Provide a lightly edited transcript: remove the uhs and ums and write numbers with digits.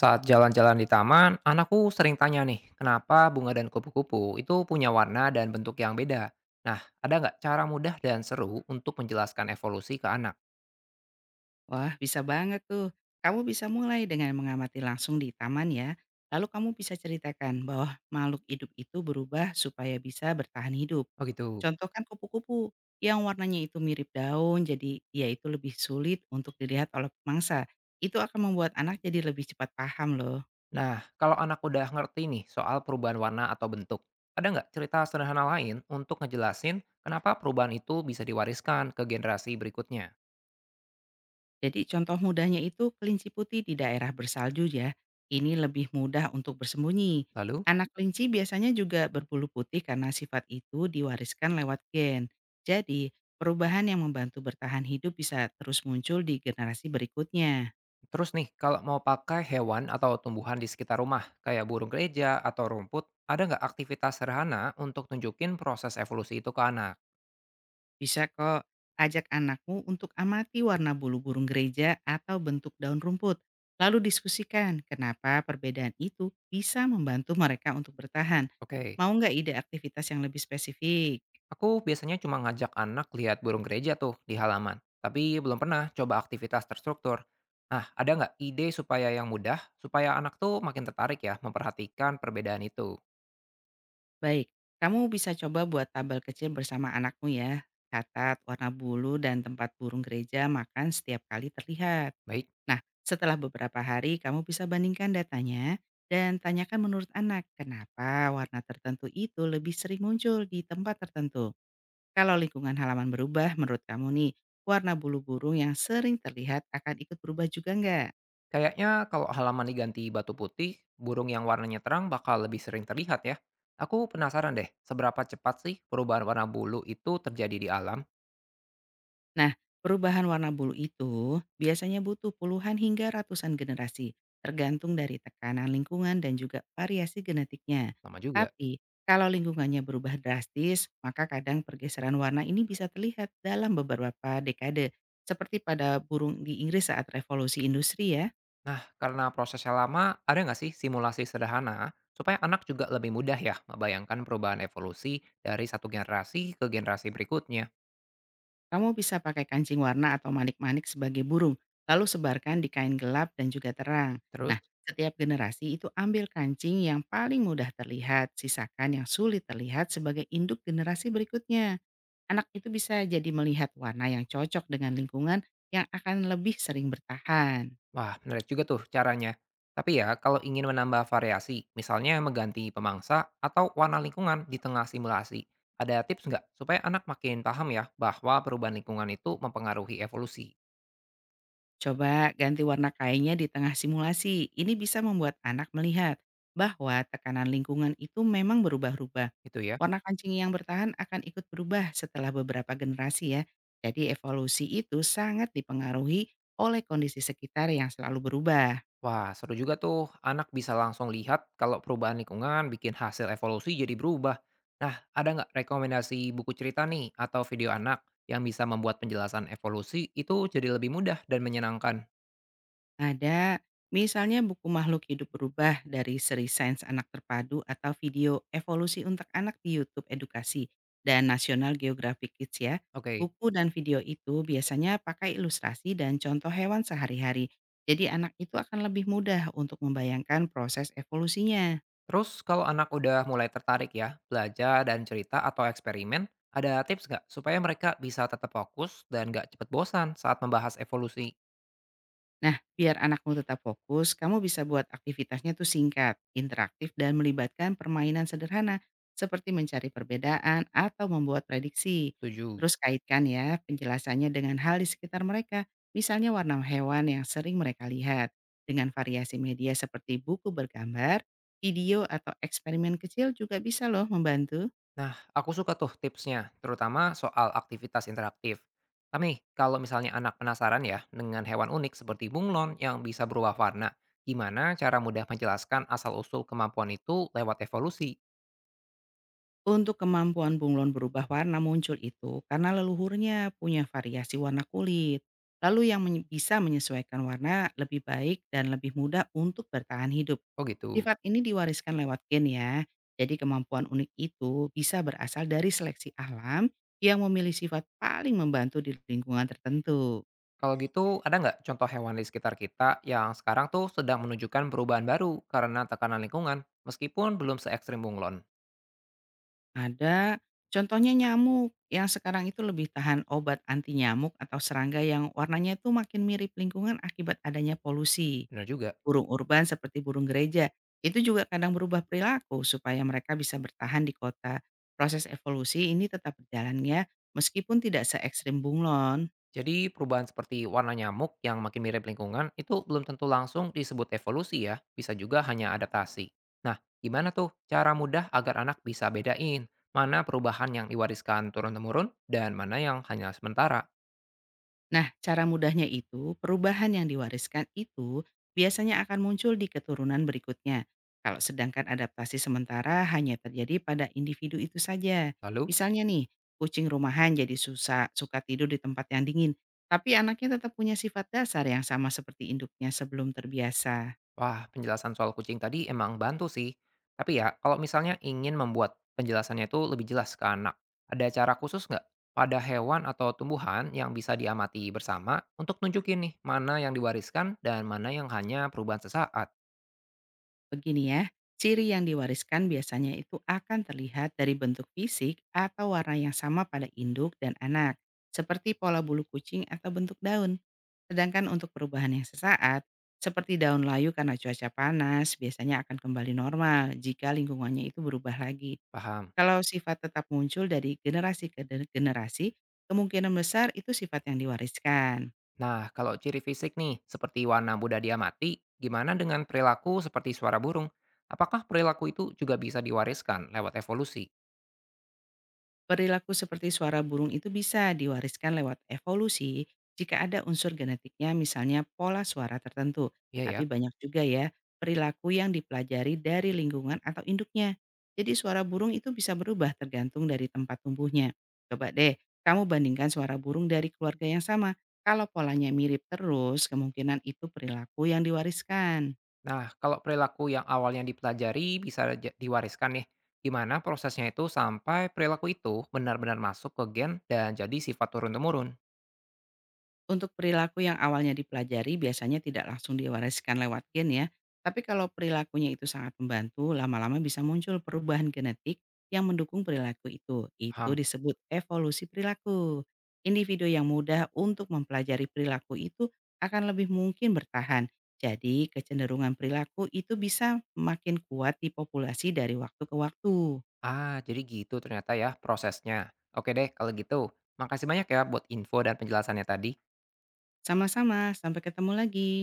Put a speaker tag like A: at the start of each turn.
A: Saat jalan-jalan di taman, anakku sering tanya nih, kenapa bunga dan kupu-kupu itu punya warna dan bentuk yang beda? Nah, ada nggak cara mudah dan seru untuk menjelaskan evolusi ke anak?
B: Wah, bisa banget tuh. Kamu bisa mulai dengan mengamati langsung di taman ya. Lalu kamu bisa ceritakan bahwa makhluk hidup itu berubah supaya bisa bertahan hidup.
A: Oh gitu.
B: Contohkan kupu-kupu yang warnanya itu mirip daun, jadi dia itu lebih sulit untuk dilihat oleh pemangsa. Itu akan membuat anak jadi lebih cepat paham loh.
A: Nah, kalau anak udah ngerti nih soal perubahan warna atau bentuk, ada nggak cerita sederhana lain untuk ngejelasin kenapa perubahan itu bisa diwariskan ke generasi berikutnya?
B: Jadi contoh mudahnya itu kelinci putih di daerah bersalju ya. Ini lebih mudah untuk bersembunyi.
A: Lalu?
B: Anak kelinci biasanya juga berbulu putih karena sifat itu diwariskan lewat gen. Jadi, perubahan yang membantu bertahan hidup bisa terus muncul di generasi berikutnya.
A: Terus nih, kalau mau pakai hewan atau tumbuhan di sekitar rumah, kayak burung gereja atau rumput, ada nggak aktivitas sederhana untuk tunjukin proses evolusi itu ke anak?
B: Bisa kok ajak anakmu untuk amati warna bulu burung gereja atau bentuk daun rumput. Lalu diskusikan kenapa perbedaan itu bisa membantu mereka untuk bertahan.
A: Oke,
B: Mau nggak ide aktivitas yang lebih spesifik?
A: aku biasanya cuma ngajak anak lihat burung gereja tuh di halaman, tapi belum pernah coba aktivitas terstruktur. Nah, ada nggak ide supaya yang mudah, supaya anak tuh makin tertarik ya memperhatikan perbedaan itu?
B: Baik, kamu bisa coba buat tabel kecil bersama anakmu ya. Catat warna bulu dan tempat burung gereja makan setiap kali terlihat.
A: Baik.
B: Nah, setelah beberapa hari kamu bisa bandingkan datanya dan tanyakan menurut anak kenapa warna tertentu itu lebih sering muncul di tempat tertentu. Kalau lingkungan halaman berubah menurut kamu nih, warna bulu burung yang sering terlihat akan ikut berubah juga nggak?
A: Kayaknya kalau halaman diganti batu putih, burung yang warnanya terang bakal lebih sering terlihat ya. Aku penasaran deh, seberapa cepat sih perubahan warna bulu itu terjadi di alam?
B: Nah, perubahan warna bulu itu biasanya butuh puluhan hingga ratusan generasi, tergantung dari tekanan lingkungan dan juga variasi genetiknya.
A: Lama juga.
B: Tapi, kalau lingkungannya berubah drastis, maka kadang pergeseran warna ini bisa terlihat dalam beberapa dekade, seperti pada burung di Inggris saat revolusi industri ya.
A: Nah, karena prosesnya lama, ada nggak sih simulasi sederhana supaya anak juga lebih mudah ya membayangkan perubahan evolusi dari satu generasi ke generasi berikutnya?
B: Kamu bisa pakai kancing warna atau manik-manik sebagai burung, lalu sebarkan di kain gelap dan juga terang.
A: Terus?
B: Nah, setiap generasi itu ambil kancing yang paling mudah terlihat, sisakan yang sulit terlihat sebagai induk generasi berikutnya. Anak itu bisa jadi melihat warna yang cocok dengan lingkungan yang akan lebih sering bertahan.
A: Wah, menarik juga tuh caranya. Tapi ya, kalau ingin menambah variasi, misalnya mengganti pemangsa atau warna lingkungan di tengah simulasi, ada tips nggak supaya anak makin paham ya bahwa perubahan lingkungan itu mempengaruhi evolusi?
B: Coba ganti warna kainnya di tengah simulasi. Ini bisa membuat anak melihat bahwa tekanan lingkungan itu memang berubah-ubah.
A: Gitu ya.
B: Warna kancing yang bertahan akan ikut berubah setelah beberapa generasi ya. Jadi evolusi itu sangat dipengaruhi oleh kondisi sekitar yang selalu berubah.
A: Wah, seru juga tuh. Anak bisa langsung lihat kalau perubahan lingkungan bikin hasil evolusi jadi berubah. Nah, ada nggak rekomendasi buku cerita nih atau video anak yang bisa membuat penjelasan evolusi itu jadi lebih mudah dan menyenangkan?
B: Ada, misalnya buku Makhluk Hidup Berubah dari seri Sains Anak Terpadu atau video Evolusi untuk Anak di YouTube Edukasi dan National Geographic Kids ya.
A: Oke.
B: Buku dan video itu biasanya pakai ilustrasi dan contoh hewan sehari-hari. Jadi anak itu akan lebih mudah untuk membayangkan proses evolusinya.
A: Terus kalau anak udah mulai tertarik ya, belajar dan cerita atau eksperimen, ada tips nggak supaya mereka bisa tetap fokus dan nggak cepet bosan saat membahas evolusi?
B: Nah, biar anakmu tetap fokus, kamu bisa buat aktivitasnya tuh singkat, interaktif, dan melibatkan permainan sederhana seperti mencari perbedaan atau membuat prediksi.
A: Setuju.
B: Terus kaitkan ya penjelasannya dengan hal di sekitar mereka, misalnya warna hewan yang sering mereka lihat. Dengan variasi media seperti buku bergambar, video, atau eksperimen kecil juga bisa loh membantu.
A: Nah, aku suka tuh tipsnya, terutama soal aktivitas interaktif. Tapi kalau misalnya anak penasaran ya dengan hewan unik seperti bunglon yang bisa berubah warna, gimana cara mudah menjelaskan asal-usul kemampuan itu lewat evolusi?
B: Untuk kemampuan bunglon berubah warna muncul itu karena leluhurnya punya variasi warna kulit, lalu yang bisa menyesuaikan warna lebih baik dan lebih mudah untuk bertahan hidup.
A: Oh gitu.
B: Sifat ini diwariskan lewat gen ya, jadi kemampuan unik itu bisa berasal dari seleksi alam yang memilih sifat paling membantu di lingkungan tertentu.
A: Kalau gitu, ada nggak contoh hewan di sekitar kita yang sekarang tuh sedang menunjukkan perubahan baru karena tekanan lingkungan, meskipun belum se ekstrim bunglon?
B: Ada contohnya nyamuk yang sekarang itu lebih tahan obat anti nyamuk atau serangga yang warnanya itu makin mirip lingkungan akibat adanya polusi.
A: Benar juga.
B: Burung urban seperti burung gereja, itu juga kadang berubah perilaku supaya mereka bisa bertahan di kota. Proses evolusi ini tetap berjalan ya, meskipun tidak se ekstrim bunglon.
A: Jadi perubahan seperti warna nyamuk yang makin mirip lingkungan itu belum tentu langsung disebut evolusi ya, bisa juga hanya adaptasi. Nah, gimana tuh cara mudah agar anak bisa bedain mana perubahan yang diwariskan turun-temurun dan mana yang hanya sementara?
B: Nah, cara mudahnya itu, perubahan yang diwariskan itu biasanya akan muncul di keturunan berikutnya. Kalau sedangkan adaptasi sementara hanya terjadi pada individu itu saja.
A: Lalu?
B: Misalnya nih, kucing rumahan jadi susah suka tidur di tempat yang dingin, tapi anaknya tetap punya sifat dasar yang sama seperti induknya sebelum terbiasa.
A: Wah, penjelasan soal kucing tadi emang bantu sih. Tapi ya, kalau misalnya ingin membuat penjelasannya itu lebih jelas ke anak, ada cara khusus nggak pada hewan atau tumbuhan yang bisa diamati bersama untuk nunjukin nih mana yang diwariskan dan mana yang hanya perubahan sesaat?
B: Begini ya, ciri yang diwariskan biasanya itu akan terlihat dari bentuk fisik atau warna yang sama pada induk dan anak, seperti pola bulu kucing atau bentuk daun. Sedangkan untuk perubahan yang sesaat, seperti daun layu karena cuaca panas, biasanya akan kembali normal jika lingkungannya itu berubah lagi.
A: Paham.
B: Kalau sifat tetap muncul dari generasi generasi, kemungkinan besar itu sifat yang diwariskan.
A: Nah, kalau ciri fisik nih, seperti warna mudah diamati, gimana dengan perilaku seperti suara burung? Apakah perilaku itu juga bisa diwariskan lewat evolusi?
B: Perilaku seperti suara burung itu bisa diwariskan lewat evolusi jika ada unsur genetiknya misalnya pola suara tertentu.
A: Iya
B: Tapi
A: ya.
B: banyak juga ya perilaku yang dipelajari dari lingkungan atau induknya. Jadi suara burung itu bisa berubah tergantung dari tempat tumbuhnya. Coba deh, kamu bandingkan suara burung dari keluarga yang sama. Kalau polanya mirip terus, kemungkinan itu perilaku yang diwariskan.
A: Nah, kalau perilaku yang awalnya dipelajari bisa diwariskan nih, gimana prosesnya itu sampai perilaku itu benar-benar masuk ke gen dan jadi sifat turun-temurun?
B: Untuk perilaku yang awalnya dipelajari biasanya tidak langsung diwariskan lewat gen ya, tapi kalau perilakunya itu sangat membantu, lama-lama bisa muncul perubahan genetik yang mendukung perilaku itu. Itu
A: Paham?
B: disebut evolusi perilaku. Individu yang mudah untuk mempelajari perilaku itu akan lebih mungkin bertahan. Jadi kecenderungan perilaku itu bisa makin kuat di populasi dari waktu ke waktu.
A: Ah, jadi gitu ternyata ya prosesnya. Oke deh, kalau gitu. Makasih banyak ya buat info dan penjelasannya tadi.
B: Sama-sama, sampai ketemu lagi.